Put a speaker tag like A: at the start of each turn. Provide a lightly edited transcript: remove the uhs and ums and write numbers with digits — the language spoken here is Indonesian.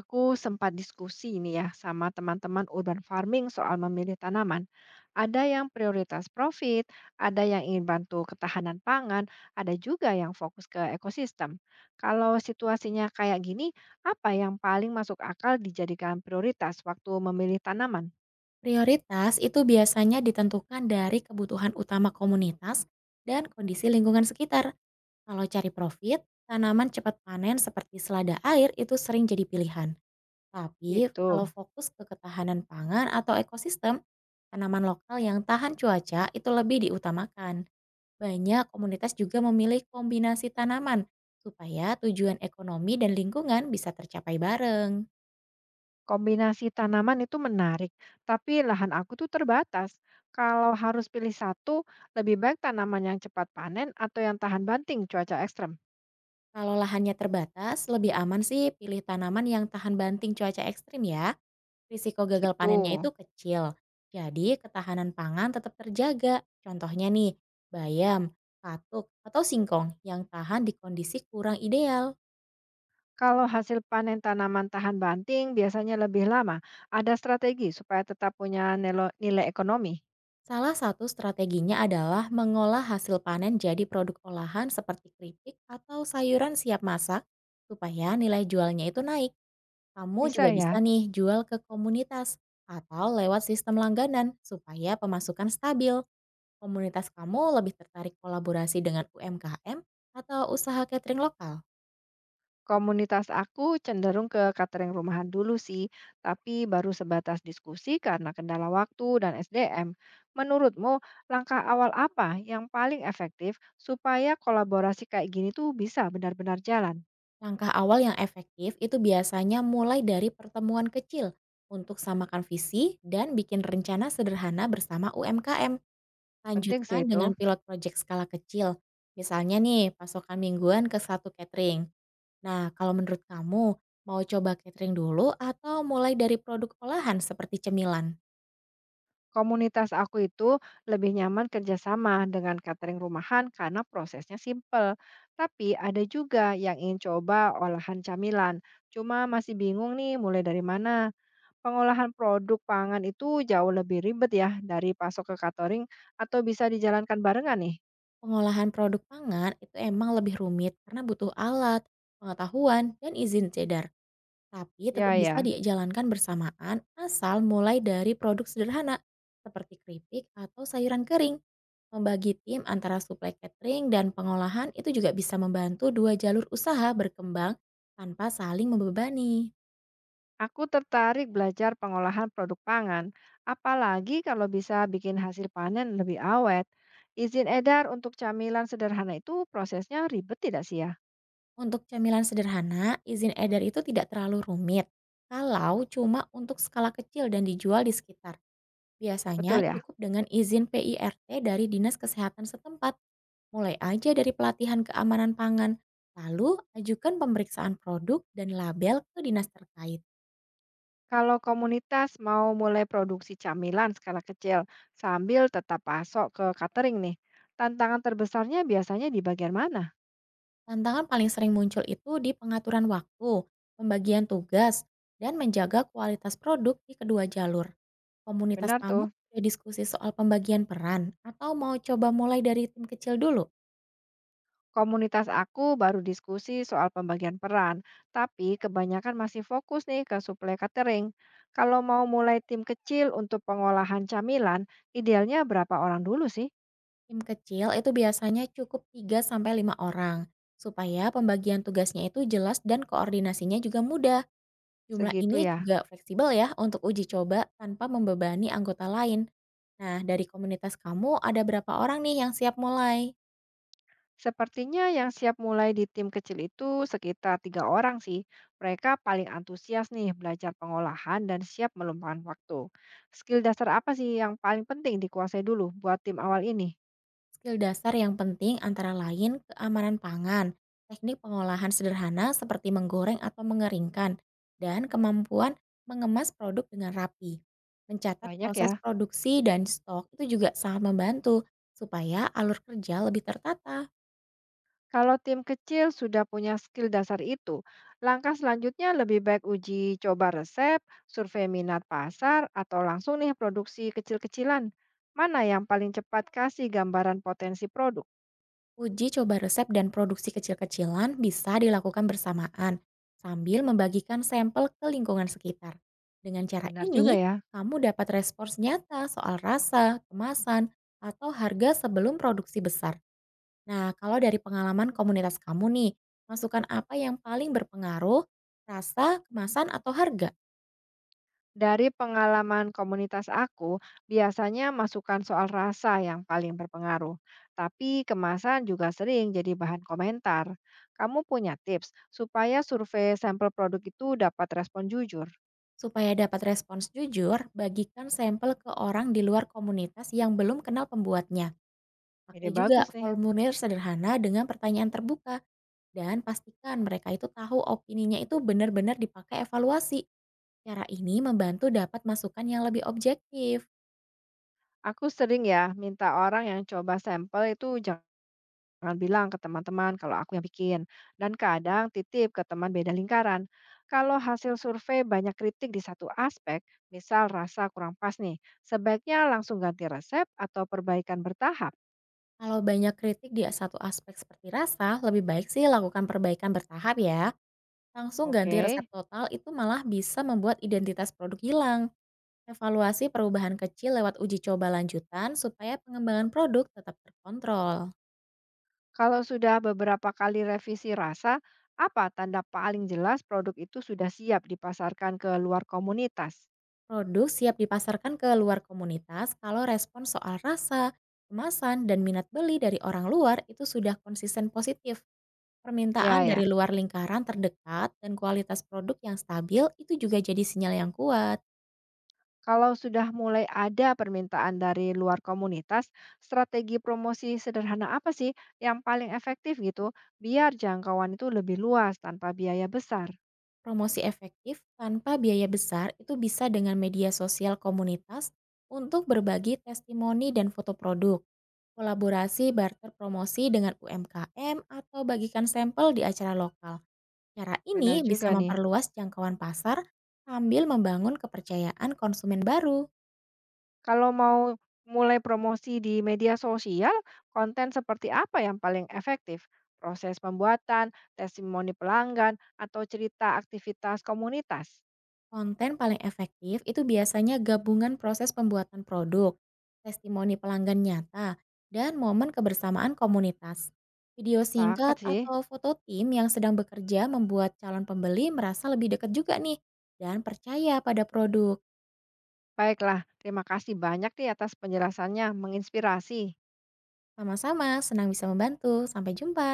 A: Aku sempat diskusi ini ya sama teman-teman urban farming soal memilih tanaman. Ada yang prioritas profit, ada yang ingin bantu ketahanan pangan, ada juga yang fokus ke ekosistem. Kalau situasinya kayak gini, apa yang paling masuk akal dijadikan prioritas waktu memilih tanaman?
B: Prioritas itu biasanya ditentukan dari kebutuhan utama komunitas dan kondisi lingkungan sekitar. Kalau cari profit, tanaman cepat panen seperti selada air itu sering jadi pilihan. Tapi
A: Gitu.
B: kalau fokus ke ketahanan pangan atau ekosistem, tanaman lokal yang tahan cuaca itu lebih diutamakan. Banyak komunitas juga memilih kombinasi tanaman supaya tujuan ekonomi dan lingkungan bisa tercapai bareng.
A: Kombinasi tanaman itu menarik, tapi lahan aku tuh terbatas. Kalau harus pilih satu, lebih baik tanaman yang cepat panen atau yang tahan banting cuaca ekstrem.
B: Kalau lahannya terbatas, lebih aman sih pilih tanaman yang tahan banting cuaca ekstrim ya. Risiko gagal
A: Gitu.
B: panennya itu kecil. Jadi ketahanan pangan tetap terjaga. Contohnya nih, bayam, katuk, atau singkong yang tahan di kondisi kurang ideal.
A: Kalau hasil panen tanaman tahan banting biasanya lebih lama, ada strategi supaya tetap punya nilai ekonomi.
B: Salah satu strateginya adalah mengolah hasil panen jadi produk olahan seperti keripik atau sayuran siap masak supaya nilai jualnya itu naik. Kamu
A: Bisa
B: juga
A: ya.
B: bisa nih jual ke komunitas atau lewat sistem langganan supaya pemasukan stabil. Komunitas kamu lebih tertarik kolaborasi dengan UMKM atau usaha catering lokal?
A: Komunitas aku cenderung ke catering rumahan dulu sih, tapi baru sebatas diskusi karena kendala waktu dan SDM. Menurutmu, langkah awal apa yang paling efektif supaya kolaborasi kayak gini tuh bisa benar-benar jalan?
B: Langkah awal yang efektif itu biasanya mulai dari pertemuan kecil untuk samakan visi dan bikin rencana sederhana bersama UMKM.
A: Penting sih
B: Lanjutkan
A: itu.
B: dengan pilot project skala kecil. Misalnya nih, pasokan mingguan ke satu catering. Nah, kalau menurut kamu, mau coba catering dulu atau mulai dari produk olahan seperti cemilan?
A: Komunitas aku itu lebih nyaman kerjasama dengan catering rumahan karena prosesnya simpel. Tapi ada juga yang ingin coba olahan camilan. Cuma masih bingung nih mulai dari mana. Pengolahan produk pangan itu jauh lebih ribet ya dari pasok ke catering atau bisa dijalankan barengan nih?
B: Pengolahan produk pangan itu emang lebih rumit karena butuh alat, pengetahuan, dan izin cedar. Tapi tetap
A: Ya
B: bisa
A: ya,
B: dijalankan bersamaan asal mulai dari produk sederhana seperti keripik atau sayuran kering. Membagi tim antara suplai catering dan pengolahan itu juga bisa membantu dua jalur usaha berkembang tanpa saling membebani.
A: aku tertarik belajar pengolahan produk pangan. Apalagi kalau bisa bikin hasil panen lebih awet. Izin edar untuk camilan sederhana itu prosesnya ribet tidak sih ya?
B: Untuk camilan sederhana, izin edar itu tidak terlalu rumit. Kalau cuma untuk skala kecil dan dijual di sekitar, biasanya
A: Betul ya.
B: cukup dengan izin PIRT dari Dinas Kesehatan setempat. Mulai aja dari pelatihan keamanan pangan, lalu ajukan pemeriksaan produk dan label ke dinas terkait.
A: Kalau komunitas mau mulai produksi camilan skala kecil sambil tetap pasok ke catering nih, tantangan terbesarnya biasanya di bagian mana?
B: Tantangan paling sering muncul itu di pengaturan waktu, pembagian tugas, dan menjaga kualitas produk di kedua jalur. Komunitas
A: Benar
B: kamu
A: tuh.
B: sudah diskusi soal pembagian peran atau mau coba mulai dari tim kecil dulu?
A: Komunitas aku baru diskusi soal pembagian peran, tapi kebanyakan masih fokus nih ke suplai catering. Kalau mau mulai tim kecil untuk pengolahan camilan, idealnya berapa orang dulu sih?
B: Tim kecil itu biasanya cukup tiga sampai lima orang, supaya pembagian tugasnya itu jelas dan koordinasinya juga mudah. Jumlah
A: Segitu
B: ini
A: ya.
B: juga fleksibel ya untuk uji coba tanpa membebani anggota lain. Nah, dari komunitas kamu ada berapa orang nih yang siap mulai?
A: Sepertinya yang siap mulai di tim kecil itu sekitar 3 orang sih. Mereka paling antusias nih belajar pengolahan dan siap meluangkan waktu. Skill dasar apa sih yang paling penting dikuasai dulu buat tim awal ini?
B: Skill dasar yang penting antara lain keamanan pangan, teknik pengolahan sederhana seperti menggoreng atau mengeringkan, dan kemampuan mengemas produk dengan rapi. Mencatat
A: Banyak ya.
B: proses produksi dan stok itu juga sangat membantu supaya alur kerja lebih tertata.
A: Kalau tim kecil sudah punya skill dasar itu, langkah selanjutnya lebih baik uji coba resep, survei minat pasar, atau langsung nih produksi kecil-kecilan. Mana yang paling cepat kasih gambaran potensi produk?
B: Uji coba resep dan produksi kecil-kecilan bisa dilakukan bersamaan sambil membagikan sampel ke lingkungan sekitar. Dengan cara
A: Benar juga
B: ini,
A: ya.
B: kamu dapat respons nyata soal rasa, kemasan, atau harga sebelum produksi besar. Nah, kalau dari pengalaman komunitas kamu nih, masukan apa yang paling berpengaruh, rasa, kemasan, atau harga?
A: Dari pengalaman komunitas aku, biasanya masukan soal rasa yang paling berpengaruh, tapi kemasan juga sering jadi bahan komentar. Kamu punya tips supaya survei sampel produk itu dapat respon jujur?
B: Supaya dapat respons jujur, bagikan sampel ke orang di luar komunitas yang belum kenal pembuatnya.
A: Ide
B: Pakai juga
A: bagus nih.
B: formulir sederhana dengan pertanyaan terbuka dan pastikan mereka itu tahu opininya itu benar-benar dipakai evaluasi. Cara ini membantu dapat masukan yang lebih objektif.
A: Aku sering ya minta orang yang coba sampel itu jangan jangan bilang ke teman-teman kalau aku yang bikin. Dan kadang titip ke teman beda lingkaran. Kalau hasil survei banyak kritik di satu aspek, misal rasa kurang pas nih, sebaiknya langsung ganti resep atau perbaikan bertahap.
B: Kalau banyak kritik di satu aspek seperti rasa, lebih baik sih lakukan perbaikan bertahap ya. Langsung ganti resep
A: Oke,
B: total itu malah bisa membuat identitas produk hilang. Evaluasi perubahan kecil lewat uji coba lanjutan supaya pengembangan produk tetap terkontrol.
A: kalau sudah beberapa kali revisi rasa, apa tanda paling jelas produk itu sudah siap dipasarkan ke luar komunitas?
B: Produk siap dipasarkan ke luar komunitas kalau respon soal rasa, kemasan, dan minat beli dari orang luar itu sudah konsisten positif.
A: Ya
B: Permintaan dari
A: ya.
B: luar lingkaran terdekat dan kualitas produk yang stabil itu juga jadi sinyal yang kuat.
A: Kalau sudah mulai ada permintaan dari luar komunitas, strategi promosi sederhana apa sih yang paling efektif gitu biar jangkauan itu lebih luas tanpa biaya besar?
B: Promosi efektif tanpa biaya besar itu bisa dengan media sosial komunitas untuk berbagi testimoni dan foto produk. Kolaborasi barter promosi dengan UMKM atau bagikan sampel di acara lokal. Cara
A: Benar
B: ini
A: juga
B: bisa
A: nih.
B: memperluas jangkauan pasar sambil membangun kepercayaan konsumen baru.
A: Kalau mau mulai promosi di media sosial, konten seperti apa yang paling efektif? Proses pembuatan, testimoni pelanggan, atau cerita aktivitas komunitas?
B: Konten paling efektif itu biasanya gabungan proses pembuatan produk, testimoni pelanggan nyata, dan momen kebersamaan komunitas. Video
A: Sepakat
B: singkat
A: sih.
B: atau foto tim yang sedang bekerja membuat calon pembeli merasa lebih dekat juga nih dan percaya pada produk.
A: Baiklah, terima kasih banyak nih atas penjelasannya, menginspirasi.
B: Sama-sama, senang bisa membantu. Sampai jumpa.